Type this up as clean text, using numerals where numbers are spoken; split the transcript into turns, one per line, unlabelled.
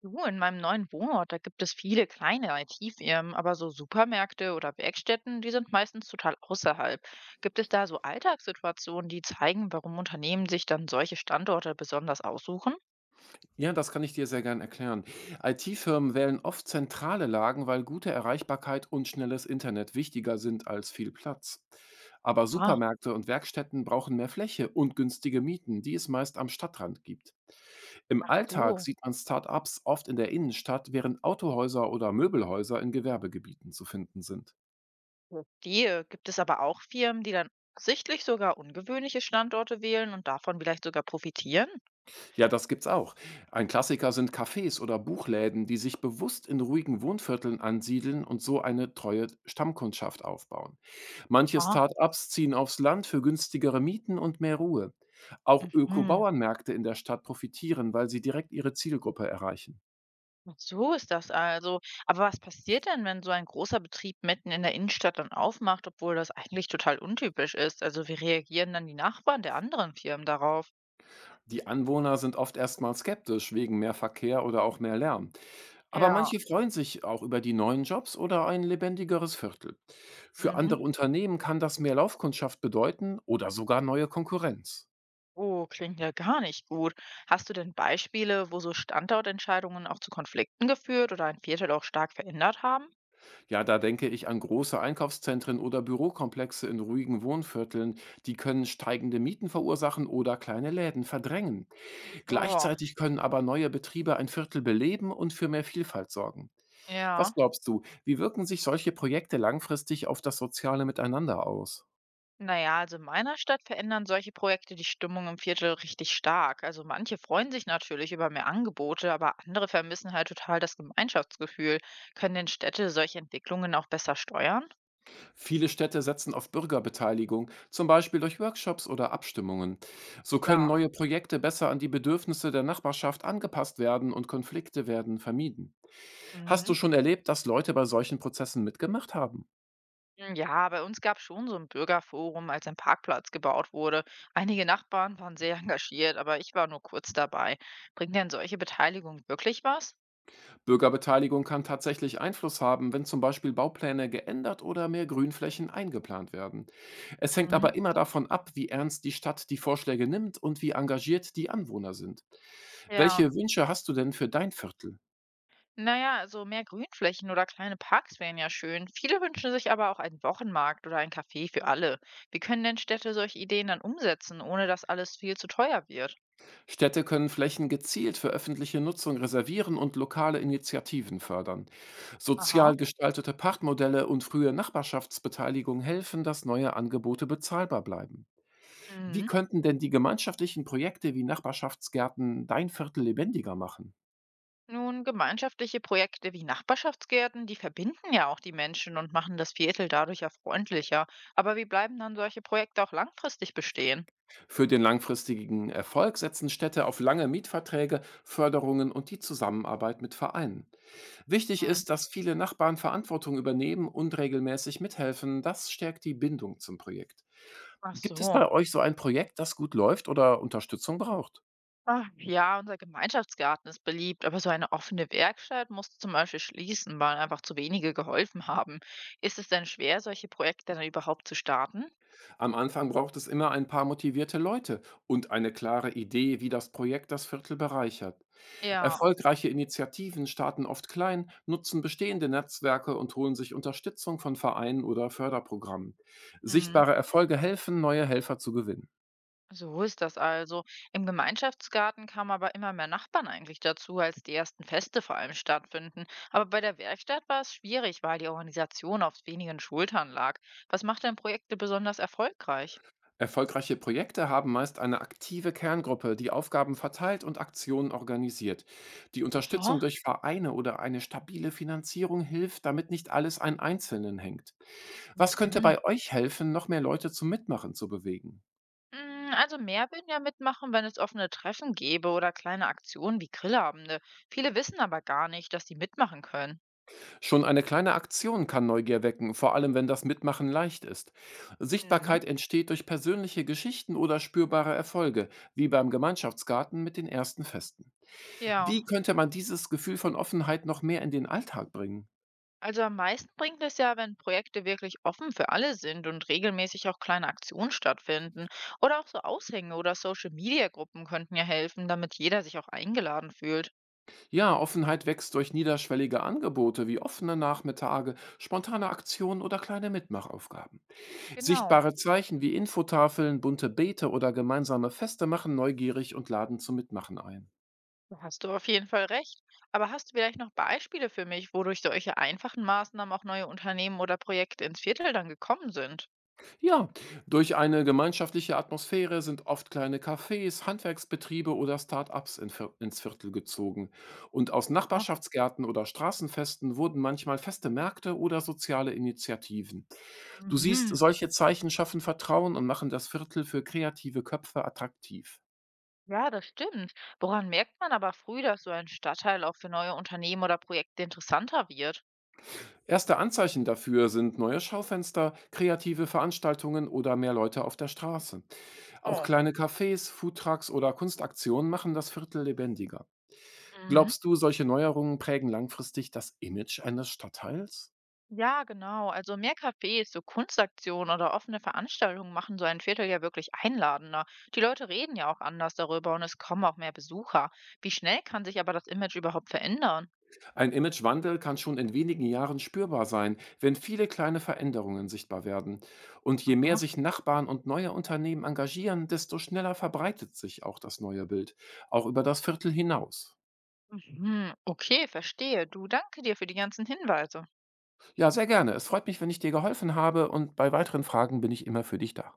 Du, in meinem neuen Wohnort, da gibt es viele kleine IT-Firmen, aber so Supermärkte oder Werkstätten, die sind meistens total außerhalb. Gibt es da so Alltagssituationen, die zeigen, warum Unternehmen sich dann solche Standorte besonders aussuchen?
Ja, das kann ich dir sehr gern erklären. IT-Firmen wählen oft zentrale Lagen, weil gute Erreichbarkeit und schnelles Internet wichtiger sind als viel Platz. Aber
Ah,
Supermärkte und Werkstätten brauchen mehr Fläche und günstige Mieten, die es meist am Stadtrand gibt. Im Alltag
so.
sieht man Start-ups oft in der Innenstadt, während Autohäuser oder Möbelhäuser in Gewerbegebieten zu finden sind.
Verstehe. Gibt es aber auch Firmen, die dann sichtlich sogar ungewöhnliche Standorte wählen und davon vielleicht sogar profitieren?
Ja, das gibt's auch. Ein Klassiker sind Cafés oder Buchläden, die sich bewusst in ruhigen Wohnvierteln ansiedeln und so eine treue Stammkundschaft aufbauen. Manche
Ah,
Start-ups ziehen aufs Land für günstigere Mieten und mehr Ruhe. Auch
mhm.
Öko-Bauernmärkte in der Stadt profitieren, weil sie direkt ihre Zielgruppe erreichen.
Ach so ist das also. Aber was passiert denn, wenn so ein großer Betrieb mitten in der Innenstadt dann aufmacht, obwohl das eigentlich total untypisch ist? Also wie reagieren dann die Nachbarn der anderen Firmen darauf?
Die Anwohner sind oft erstmal skeptisch wegen mehr Verkehr oder auch mehr Lärm. Aber
Ja.
manche freuen sich auch über die neuen Jobs oder ein lebendigeres Viertel. Für
Mhm.
andere Unternehmen kann das mehr Laufkundschaft bedeuten oder sogar neue Konkurrenz.
Oh, klingt ja gar nicht gut. Hast du denn Beispiele, wo so Standortentscheidungen auch zu Konflikten geführt oder ein Viertel auch stark verändert haben?
Ja, da denke ich an große Einkaufszentren oder Bürokomplexe in ruhigen Wohnvierteln. Die können steigende Mieten verursachen oder kleine Läden verdrängen.
Oh,
Gleichzeitig können aber neue Betriebe ein Viertel beleben und für mehr Vielfalt sorgen. Was
ja.
glaubst du, wie wirken sich solche Projekte langfristig auf das soziale Miteinander aus?
Naja, also in meiner Stadt verändern solche Projekte die Stimmung im Viertel richtig stark. Also manche freuen sich natürlich über mehr Angebote, aber andere vermissen halt total das Gemeinschaftsgefühl. Können denn Städte solche Entwicklungen auch besser steuern?
Viele Städte setzen auf Bürgerbeteiligung, zum Beispiel durch Workshops oder Abstimmungen. So können
Klar.
neue Projekte besser an die Bedürfnisse der Nachbarschaft angepasst werden und Konflikte werden vermieden. Hast du
Mhm.
schon erlebt, dass Leute bei solchen Prozessen mitgemacht haben?
Ja, bei uns gab es schon so ein Bürgerforum, als ein Parkplatz gebaut wurde. Einige Nachbarn waren sehr engagiert, aber ich war nur kurz dabei. Bringt denn solche Beteiligung wirklich was?
Bürgerbeteiligung kann tatsächlich Einfluss haben, wenn zum Beispiel Baupläne geändert oder mehr Grünflächen eingeplant werden. Es hängt aber
Mhm.
immer davon ab, wie ernst die Stadt die Vorschläge nimmt und wie engagiert die Anwohner sind.
Ja.
Welche Wünsche hast du denn für dein Viertel?
Naja, also mehr Grünflächen oder kleine Parks wären ja schön. Viele wünschen sich aber auch einen Wochenmarkt oder ein Café für alle. Wie können denn Städte solche Ideen dann umsetzen, ohne dass alles viel zu teuer wird?
Städte können Flächen gezielt für öffentliche Nutzung reservieren und lokale Initiativen fördern.
Aha.
Sozial gestaltete Pachtmodelle und frühe Nachbarschaftsbeteiligung helfen, dass neue Angebote bezahlbar bleiben. Wie
Mhm.
könnten denn die gemeinschaftlichen Projekte wie Nachbarschaftsgärten dein Viertel lebendiger machen?
Nun, gemeinschaftliche Projekte wie Nachbarschaftsgärten, die verbinden ja auch die Menschen und machen das Viertel dadurch ja freundlicher. Aber wie bleiben dann solche Projekte auch langfristig bestehen?
Für den langfristigen Erfolg setzen Städte auf lange Mietverträge, Förderungen und die Zusammenarbeit mit Vereinen. Wichtig
Hm.
ist, dass viele Nachbarn Verantwortung übernehmen und regelmäßig mithelfen. Das stärkt die Bindung zum Projekt.
Ach
Gibt es
so.
bei euch so ein Projekt, das gut läuft oder Unterstützung braucht?
Ach, ja, unser Gemeinschaftsgarten ist beliebt, aber so eine offene Werkstatt musste zum Beispiel schließen, weil einfach zu wenige geholfen haben. Ist es denn schwer, solche Projekte dann überhaupt zu starten?
Am Anfang braucht es immer ein paar motivierte Leute und eine klare Idee, wie das Projekt das Viertel bereichert.
Ja,
Erfolgreiche Initiativen starten oft klein, nutzen bestehende Netzwerke und holen sich Unterstützung von Vereinen oder Förderprogrammen.
mhm.
Sichtbare Erfolge helfen, neue Helfer zu gewinnen.
So ist das also. Im Gemeinschaftsgarten kamen aber immer mehr Nachbarn eigentlich dazu, als die ersten Feste vor allem stattfinden. Aber bei der Werkstatt war es schwierig, weil die Organisation auf wenigen Schultern lag. Was macht denn Projekte besonders erfolgreich?
Erfolgreiche Projekte haben meist eine aktive Kerngruppe, die Aufgaben verteilt und Aktionen organisiert. Die Unterstützung
Aha.
durch Vereine oder eine stabile Finanzierung hilft, damit nicht alles an Einzelnen hängt. Was könnte
Mhm.
bei euch helfen, noch mehr Leute zum Mitmachen zu bewegen?
Also mehr würden ja mitmachen, wenn es offene Treffen gäbe oder kleine Aktionen wie Grillabende. Viele wissen aber gar nicht, dass sie mitmachen können.
Schon eine kleine Aktion kann Neugier wecken, vor allem wenn das Mitmachen leicht ist.
Mhm.
Sichtbarkeit entsteht durch persönliche Geschichten oder spürbare Erfolge, wie beim Gemeinschaftsgarten mit den ersten Festen. Wie
Ja,
könnte man dieses Gefühl von Offenheit noch mehr in den Alltag bringen?
also am meisten bringt es ja, wenn Projekte wirklich offen für alle sind und regelmäßig auch kleine Aktionen stattfinden. Oder auch so Aushänge oder Social-Media-Gruppen könnten ja helfen, damit jeder sich auch eingeladen fühlt.
Ja, Offenheit wächst durch niederschwellige Angebote wie offene Nachmittage, spontane Aktionen oder kleine Mitmachaufgaben.
Genau,
Sichtbare Zeichen wie Infotafeln, bunte Beete oder gemeinsame Feste machen neugierig und laden zum Mitmachen ein.
da hast du auf jeden Fall recht. Aber hast du vielleicht noch Beispiele für mich, wodurch solche einfachen Maßnahmen auch neue Unternehmen oder Projekte ins Viertel dann gekommen sind?
Ja, durch eine gemeinschaftliche Atmosphäre sind oft kleine Cafés, Handwerksbetriebe oder Start-ups ins Viertel gezogen. Und aus Nachbarschaftsgärten oder Straßenfesten wurden manchmal feste Märkte oder soziale Initiativen. Du siehst,
Mhm.
solche Zeichen schaffen Vertrauen und machen das Viertel für kreative Köpfe attraktiv.
Ja, das stimmt. Woran merkt man aber früh, dass so ein Stadtteil auch für neue Unternehmen oder Projekte interessanter wird?
Erste Anzeichen dafür sind neue Schaufenster, kreative Veranstaltungen oder mehr Leute auf der Straße. Auch
Oh.
kleine Cafés, Foodtrucks oder Kunstaktionen machen das Viertel lebendiger.
Mhm.
Glaubst du, solche Neuerungen prägen langfristig das Image eines Stadtteils?
Ja, genau. Also mehr Cafés, so Kunstaktionen oder offene Veranstaltungen machen so ein Viertel ja wirklich einladender. Die Leute reden ja auch anders darüber und es kommen auch mehr Besucher. Wie schnell kann sich aber das Image überhaupt verändern?
Ein Imagewandel kann schon in wenigen Jahren spürbar sein, wenn viele kleine Veränderungen sichtbar werden. Und je mehr
Aha.
sich Nachbarn und neue Unternehmen engagieren, desto schneller verbreitet sich auch das neue Bild, auch über das Viertel hinaus.
Mhm. Okay, verstehe. Du, danke dir für die ganzen Hinweise.
Ja, sehr gerne. Es freut mich, wenn ich dir geholfen habe und bei weiteren Fragen bin ich immer für dich da.